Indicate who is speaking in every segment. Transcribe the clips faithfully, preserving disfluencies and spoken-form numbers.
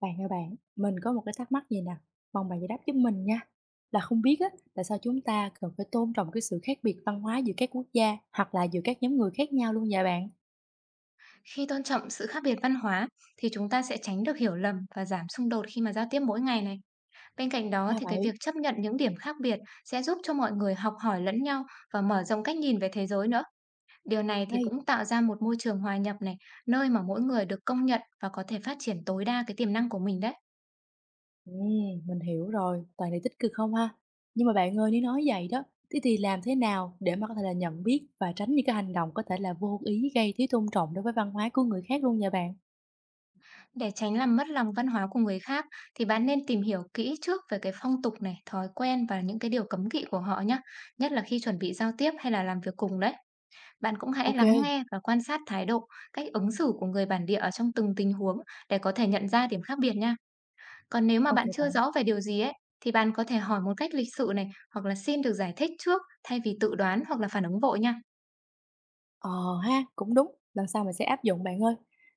Speaker 1: Bạn ơi bạn, mình có một cái thắc mắc gì nè, mong bạn giải đáp giúp mình nha. Là không biết á, tại sao chúng ta cần phải tôn trọng cái sự khác biệt văn hóa giữa các quốc gia hoặc là giữa các nhóm người khác nhau luôn vậy bạn?
Speaker 2: Khi tôn trọng sự khác biệt văn hóa thì chúng ta sẽ tránh được hiểu lầm và giảm xung đột khi mà giao tiếp mỗi ngày này. Bên cạnh đó
Speaker 1: Ra
Speaker 2: thì cái việc
Speaker 1: vậy,
Speaker 2: chấp nhận những điểm khác biệt sẽ giúp cho mọi người học hỏi lẫn nhau và mở rộng cách nhìn về thế giới nữa. Điều này thì
Speaker 1: hay.
Speaker 2: cũng tạo ra một môi trường hòa nhập này, nơi mà mỗi người được công nhận và có thể phát triển tối đa cái tiềm năng của mình đấy.
Speaker 1: Ừ, mình hiểu rồi, toàn là tích cực không ha? Nhưng mà bạn ơi, nếu nói vậy đó, thế thì làm thế nào để mà có thể là nhận biết và tránh những cái hành động có thể là vô ý gây thiếu tôn trọng đối với văn hóa của người khác luôn vậy bạn?
Speaker 2: Để tránh làm mất lòng văn hóa của người khác thì bạn nên tìm hiểu kỹ trước về cái phong tục này, thói quen và những cái điều cấm kỵ của họ nhé, nhất là khi chuẩn bị giao tiếp hay là làm việc cùng đấy. Bạn cũng hãy
Speaker 1: Ok,
Speaker 2: lắng nghe và quan sát thái độ, cách ứng xử của người bản địa ở trong từng tình huống để có thể nhận ra điểm khác biệt nha. Còn nếu mà
Speaker 1: ok.
Speaker 2: bạn chưa rõ về điều gì ấy, thì bạn có thể hỏi một cách lịch sự này, hoặc là xin được giải thích trước thay vì tự đoán hoặc là phản ứng vội nha.
Speaker 1: Ờ ha, cũng đúng, lần sau mình sẽ áp dụng bạn ơi.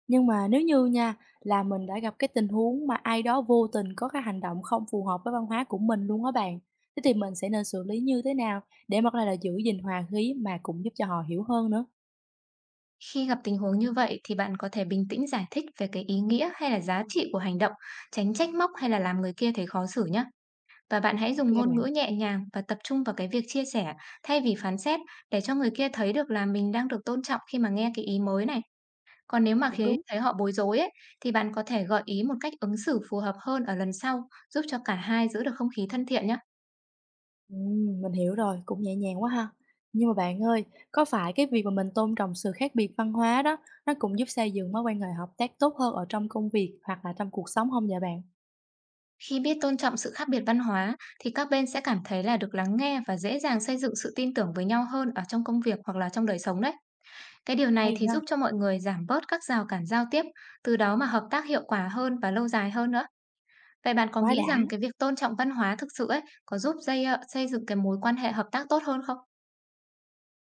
Speaker 1: Nhưng mà nếu như nha, là mình đã gặp cái tình huống mà ai đó vô tình có cái hành động không phù hợp với văn hóa của mình luôn á bạn. Thế thì mình sẽ nên xử lý như thế nào để mà có thể là giữ gìn hòa khí mà cũng giúp cho họ hiểu hơn nữa.
Speaker 2: Khi gặp tình huống như vậy thì bạn có thể bình tĩnh giải thích về cái ý nghĩa hay là giá trị của hành động, tránh trách móc hay là làm người kia thấy khó xử nhé. Và bạn hãy
Speaker 1: Ok
Speaker 2: dùng ngôn ngữ
Speaker 1: bạn,
Speaker 2: nhẹ nhàng và tập trung vào cái việc chia sẻ thay vì phán xét, để cho người kia thấy được là mình đang được tôn trọng khi mà nghe cái ý mới này. Còn nếu mà
Speaker 1: cũng
Speaker 2: thấy
Speaker 1: đúng.
Speaker 2: thấy họ bối rối ấy, thì bạn có thể gợi ý một cách ứng xử phù hợp hơn ở lần sau, giúp cho cả hai giữ được không khí thân thiện nhé.
Speaker 1: Ừm, mình hiểu rồi, cũng nhẹ nhàng quá ha. Nhưng mà bạn ơi, có phải cái việc mà mình tôn trọng sự khác biệt văn hóa đó, nó cũng giúp xây dựng mối quan hệ hợp tác tốt hơn ở trong công việc hoặc là trong cuộc sống không vậy bạn?
Speaker 2: Khi biết tôn trọng sự khác biệt văn hóa thì các bên sẽ cảm thấy là được lắng nghe và dễ dàng xây dựng sự tin tưởng với nhau hơn ở trong công việc hoặc là trong đời sống đấy. Cái điều này
Speaker 1: Hay
Speaker 2: thì
Speaker 1: ha,
Speaker 2: giúp cho mọi người giảm bớt các rào cản giao tiếp, từ đó mà hợp tác hiệu quả hơn và lâu dài hơn nữa. Vậy bạn có
Speaker 1: quá
Speaker 2: nghĩ
Speaker 1: đã.
Speaker 2: rằng cái việc tôn trọng văn hóa thực sự ấy có giúp dây, ờ, xây dựng cái mối quan hệ hợp tác tốt hơn không?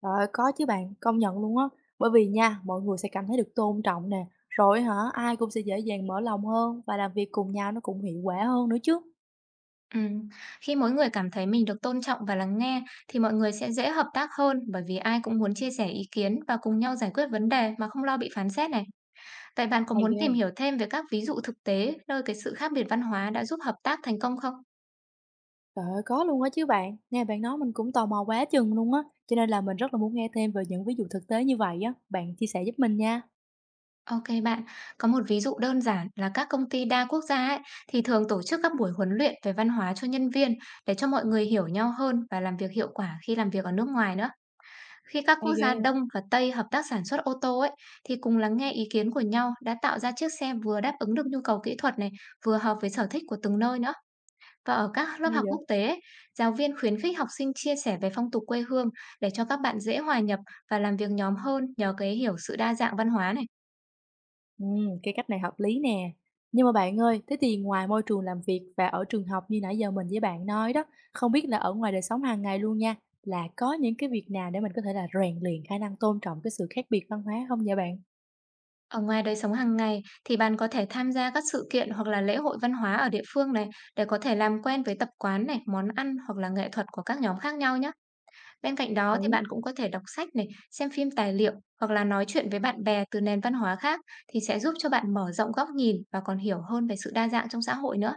Speaker 1: Trời ơi, có chứ bạn, công nhận luôn á. Bởi vì nha, mọi người sẽ cảm thấy được tôn trọng nè, rồi hả, ai cũng sẽ dễ dàng mở lòng hơn và làm việc cùng nhau nó cũng hiệu quả hơn nữa chứ.
Speaker 2: Ừm, khi mỗi người cảm thấy mình được tôn trọng và lắng nghe thì mọi người sẽ dễ hợp tác hơn, bởi vì ai cũng muốn chia sẻ ý kiến và cùng nhau giải quyết vấn đề mà không lo bị phán xét này. Vậy bạn có
Speaker 1: Hay
Speaker 2: muốn
Speaker 1: ghê.
Speaker 2: tìm hiểu thêm về các ví dụ thực tế nơi cái sự khác biệt văn hóa đã giúp hợp tác thành công không?
Speaker 1: Trời ơi, có luôn á chứ bạn. Nghe bạn nói mình cũng tò mò quá chừng luôn á. Cho nên là mình rất là muốn nghe thêm về những ví dụ thực tế như vậy á. Bạn chia sẻ giúp mình nha.
Speaker 2: Ok bạn, có một ví dụ đơn giản là các công ty đa quốc gia ấy thì thường tổ chức các buổi huấn luyện về văn hóa cho nhân viên, để cho mọi người hiểu nhau hơn và làm việc hiệu quả khi làm việc ở nước ngoài nữa. Khi các
Speaker 1: Hay
Speaker 2: quốc
Speaker 1: ghê.
Speaker 2: gia Đông và Tây hợp tác sản xuất ô tô ấy, thì cùng lắng nghe ý kiến của nhau đã tạo ra chiếc xe vừa đáp ứng được nhu cầu kỹ thuật này, vừa hợp với sở thích của từng nơi nữa. Và ở các lớp
Speaker 1: Hay
Speaker 2: học
Speaker 1: vậy.
Speaker 2: quốc tế, ấy, giáo viên khuyến khích học sinh chia sẻ về phong tục quê hương, để cho các bạn dễ hòa nhập và làm việc nhóm hơn nhờ cái hiểu sự đa dạng văn hóa này.
Speaker 1: Ừm, cái cách này hợp lý nè. Nhưng mà bạn ơi, thế thì ngoài môi trường làm việc và ở trường học như nãy giờ mình với bạn nói đó, không biết là ở ngoài đời sống hàng ngày luôn nha, là có những cái việc nào để mình có thể là rèn luyện khả năng tôn trọng cái sự khác biệt văn hóa không vậy bạn?
Speaker 2: Ở ngoài đời sống hàng ngày thì bạn có thể tham gia các sự kiện hoặc là lễ hội văn hóa ở địa phương này, để có thể làm quen với tập quán này, món ăn hoặc là nghệ thuật của các nhóm khác nhau nhé. Bên cạnh đó thì
Speaker 1: Quý,
Speaker 2: bạn cũng có thể đọc sách này, xem phim tài liệu hoặc là nói chuyện với bạn bè từ nền văn hóa khác, thì sẽ giúp cho bạn mở rộng góc nhìn và còn hiểu hơn về sự đa dạng trong xã hội nữa.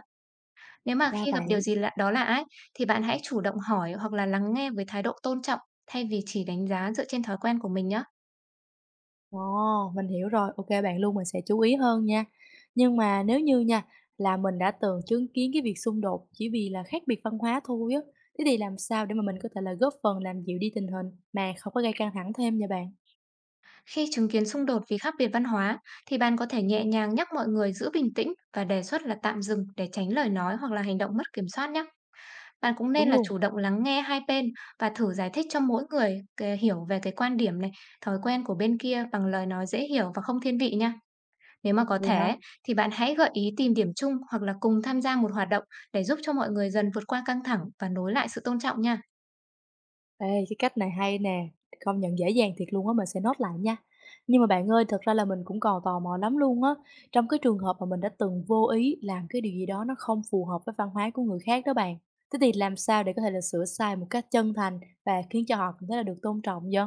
Speaker 2: Nếu mà
Speaker 1: ra
Speaker 2: khi gặp điều
Speaker 1: vậy.
Speaker 2: gì lạ đó lạ ấy thì bạn hãy chủ động hỏi hoặc là lắng nghe với thái độ tôn trọng, thay vì chỉ đánh giá dựa trên thói quen của mình nhé.
Speaker 1: Ồ, mình hiểu rồi. Ok bạn luôn, mình sẽ chú ý hơn nha. Nhưng mà nếu như nha, là mình đã từng chứng kiến cái việc xung đột chỉ vì là khác biệt văn hóa thôi á, thế thì làm sao để mà mình có thể là góp phần làm dịu đi tình hình mà không có gây căng thẳng thêm nha bạn?
Speaker 2: Khi chứng kiến xung đột vì khác biệt văn hóa thì bạn có thể nhẹ nhàng nhắc mọi người giữ bình tĩnh và đề xuất là tạm dừng, để tránh lời nói hoặc là hành động mất kiểm soát nhé. Bạn cũng nên
Speaker 1: Đúng
Speaker 2: là
Speaker 1: luôn.
Speaker 2: chủ động lắng nghe hai bên và thử giải thích cho mỗi người cái hiểu về cái quan điểm này, thói quen của bên kia bằng lời nói dễ hiểu và không thiên vị nha. Nếu mà có
Speaker 1: Vậy hả?
Speaker 2: thể thì bạn hãy gợi ý tìm điểm chung hoặc là cùng tham gia một hoạt động, để giúp cho mọi người dần vượt qua căng thẳng và nối lại sự tôn trọng nha.
Speaker 1: Ê, cái cách này hay nè, công nhận dễ dàng thiệt luôn á, mình sẽ nốt lại nha. Nhưng mà bạn ơi, thật ra là mình cũng còn tò mò lắm luôn á. Trong cái trường hợp mà mình đã từng vô ý làm cái điều gì đó nó không phù hợp với văn hóa của người khác đó bạn. Thế thì làm sao để có thể là sửa sai một cách chân thành và khiến cho họ cảm thấy là được tôn trọng vậy?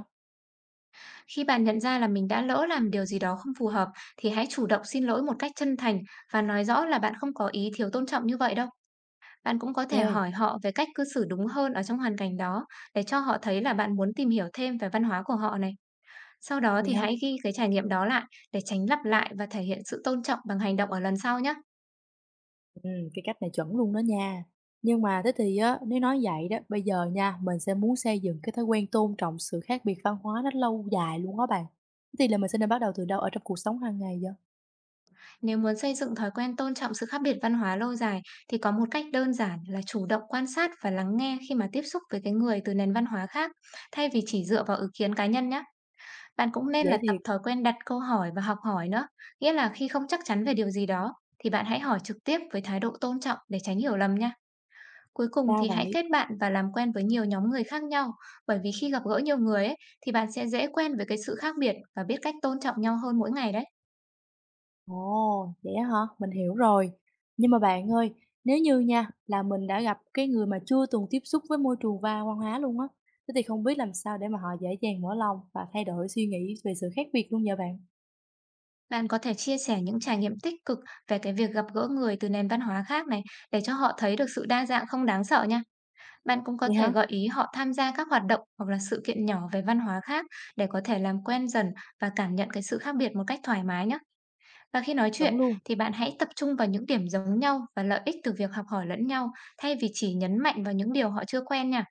Speaker 2: Khi bạn nhận ra là mình đã lỡ làm điều gì đó không phù hợp thì hãy chủ động xin lỗi một cách chân thành và nói rõ là bạn không có ý thiếu tôn trọng như vậy đâu. Bạn cũng có thể
Speaker 1: Ok,
Speaker 2: hỏi họ về cách cư xử đúng hơn ở trong hoàn cảnh đó, để cho họ thấy là bạn muốn tìm hiểu thêm về văn hóa của họ này. Sau đó
Speaker 1: vậy
Speaker 2: thì
Speaker 1: hả?
Speaker 2: hãy ghi cái trải nghiệm đó lại để tránh lặp lại và thể hiện sự tôn trọng bằng hành động ở lần sau nhé.
Speaker 1: Ừ, cái cách này chuẩn luôn đó nha. Nhưng mà thế thì á, nếu nói vậy đó, bây giờ nha, mình sẽ muốn xây dựng cái thói quen tôn trọng sự khác biệt văn hóa nó lâu dài luôn á bạn. Thế thì là mình sẽ nên bắt đầu từ đâu ở trong cuộc sống hàng ngày vậy?
Speaker 2: Nếu muốn xây dựng thói quen tôn trọng sự khác biệt văn hóa lâu dài thì có một cách đơn giản là chủ động quan sát và lắng nghe khi mà tiếp xúc với cái người từ nền văn hóa khác, thay vì chỉ dựa vào ý kiến cá nhân nhé. Bạn cũng nên
Speaker 1: Dễ
Speaker 2: là tập
Speaker 1: thiệt,
Speaker 2: thói quen đặt câu hỏi và học hỏi nữa, nghĩa là khi không chắc chắn về điều gì đó thì bạn hãy hỏi trực tiếp với thái độ tôn trọng để tránh hiểu lầm nha. Cuối cùng
Speaker 1: ra
Speaker 2: thì hãy
Speaker 1: vậy.
Speaker 2: kết bạn và làm quen với nhiều nhóm người khác nhau, bởi vì khi gặp gỡ nhiều người ấy, thì bạn sẽ dễ quen với cái sự khác biệt và biết cách tôn trọng nhau hơn mỗi ngày đấy.
Speaker 1: Ồ, vậy á hả? Mình hiểu rồi. Nhưng mà bạn ơi, nếu như nha, là mình đã gặp cái người mà chưa từng tiếp xúc với môi trường va văn hóa luôn á, thế thì không biết làm sao để mà họ dễ dàng mở lòng và thay đổi suy nghĩ về sự khác biệt luôn vậy bạn?
Speaker 2: Bạn có thể chia sẻ những trải nghiệm tích cực về cái việc gặp gỡ người từ nền văn hóa khác này, để cho họ thấy được sự đa dạng không đáng sợ nha. Bạn cũng có
Speaker 1: Vậy
Speaker 2: thể
Speaker 1: hả?
Speaker 2: gợi ý họ tham gia các hoạt động hoặc là sự kiện nhỏ về văn hóa khác, để có thể làm quen dần và cảm nhận cái sự khác biệt một cách thoải mái nhé. Và khi nói chuyện
Speaker 1: Chuẩn luôn.
Speaker 2: thì bạn hãy tập trung vào những điểm giống nhau và lợi ích từ việc học hỏi lẫn nhau, thay vì chỉ nhấn mạnh vào những điều họ chưa quen nha.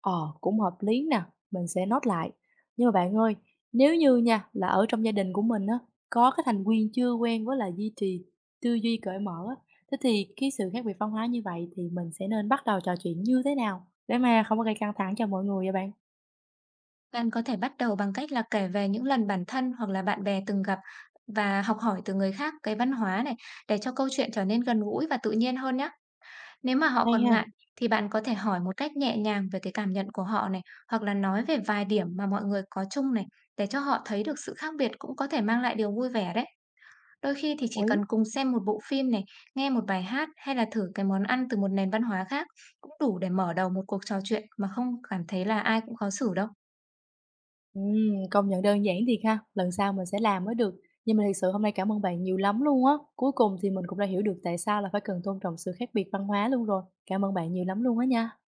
Speaker 1: Ờ, cũng hợp lý nè, mình sẽ nốt lại. Nhưng mà bạn ơi, nếu như nha là ở trong gia đình của mình á, có cái thành viên chưa quen với là duy trì tư duy cởi mở á, thế thì cái sự khác biệt văn hóa như vậy thì mình sẽ nên bắt đầu trò chuyện như thế nào để mà không có gây căng thẳng cho mọi người vậy bạn?
Speaker 2: Bạn có thể bắt đầu bằng cách là kể về những lần bản thân hoặc là bạn bè từng gặp và học hỏi từ người khác cái văn hóa này, để cho câu chuyện trở nên gần gũi và tự nhiên hơn nhé. Nếu mà họ
Speaker 1: Hay
Speaker 2: còn
Speaker 1: ha,
Speaker 2: ngại thì bạn có thể hỏi một cách nhẹ nhàng về cái cảm nhận của họ này, hoặc là nói về vài điểm mà mọi người có chung này, để cho họ thấy được sự khác biệt cũng có thể mang lại điều vui vẻ đấy. Đôi khi thì chỉ
Speaker 1: đồng ý.
Speaker 2: cần cùng xem một bộ phim này, nghe một bài hát hay là thử cái món ăn từ một nền văn hóa khác cũng đủ để mở đầu một cuộc trò chuyện mà không cảm thấy là ai cũng khó xử đâu.
Speaker 1: Ừm, công nhận đơn giản thiệt ha, lần sau mình sẽ làm mới được. Nhưng mà thật sự hôm nay cảm ơn bạn nhiều lắm luôn á. Cuối cùng thì mình cũng đã hiểu được tại sao là phải cần tôn trọng sự khác biệt văn hóa luôn rồi. Cảm ơn bạn nhiều lắm luôn á nha.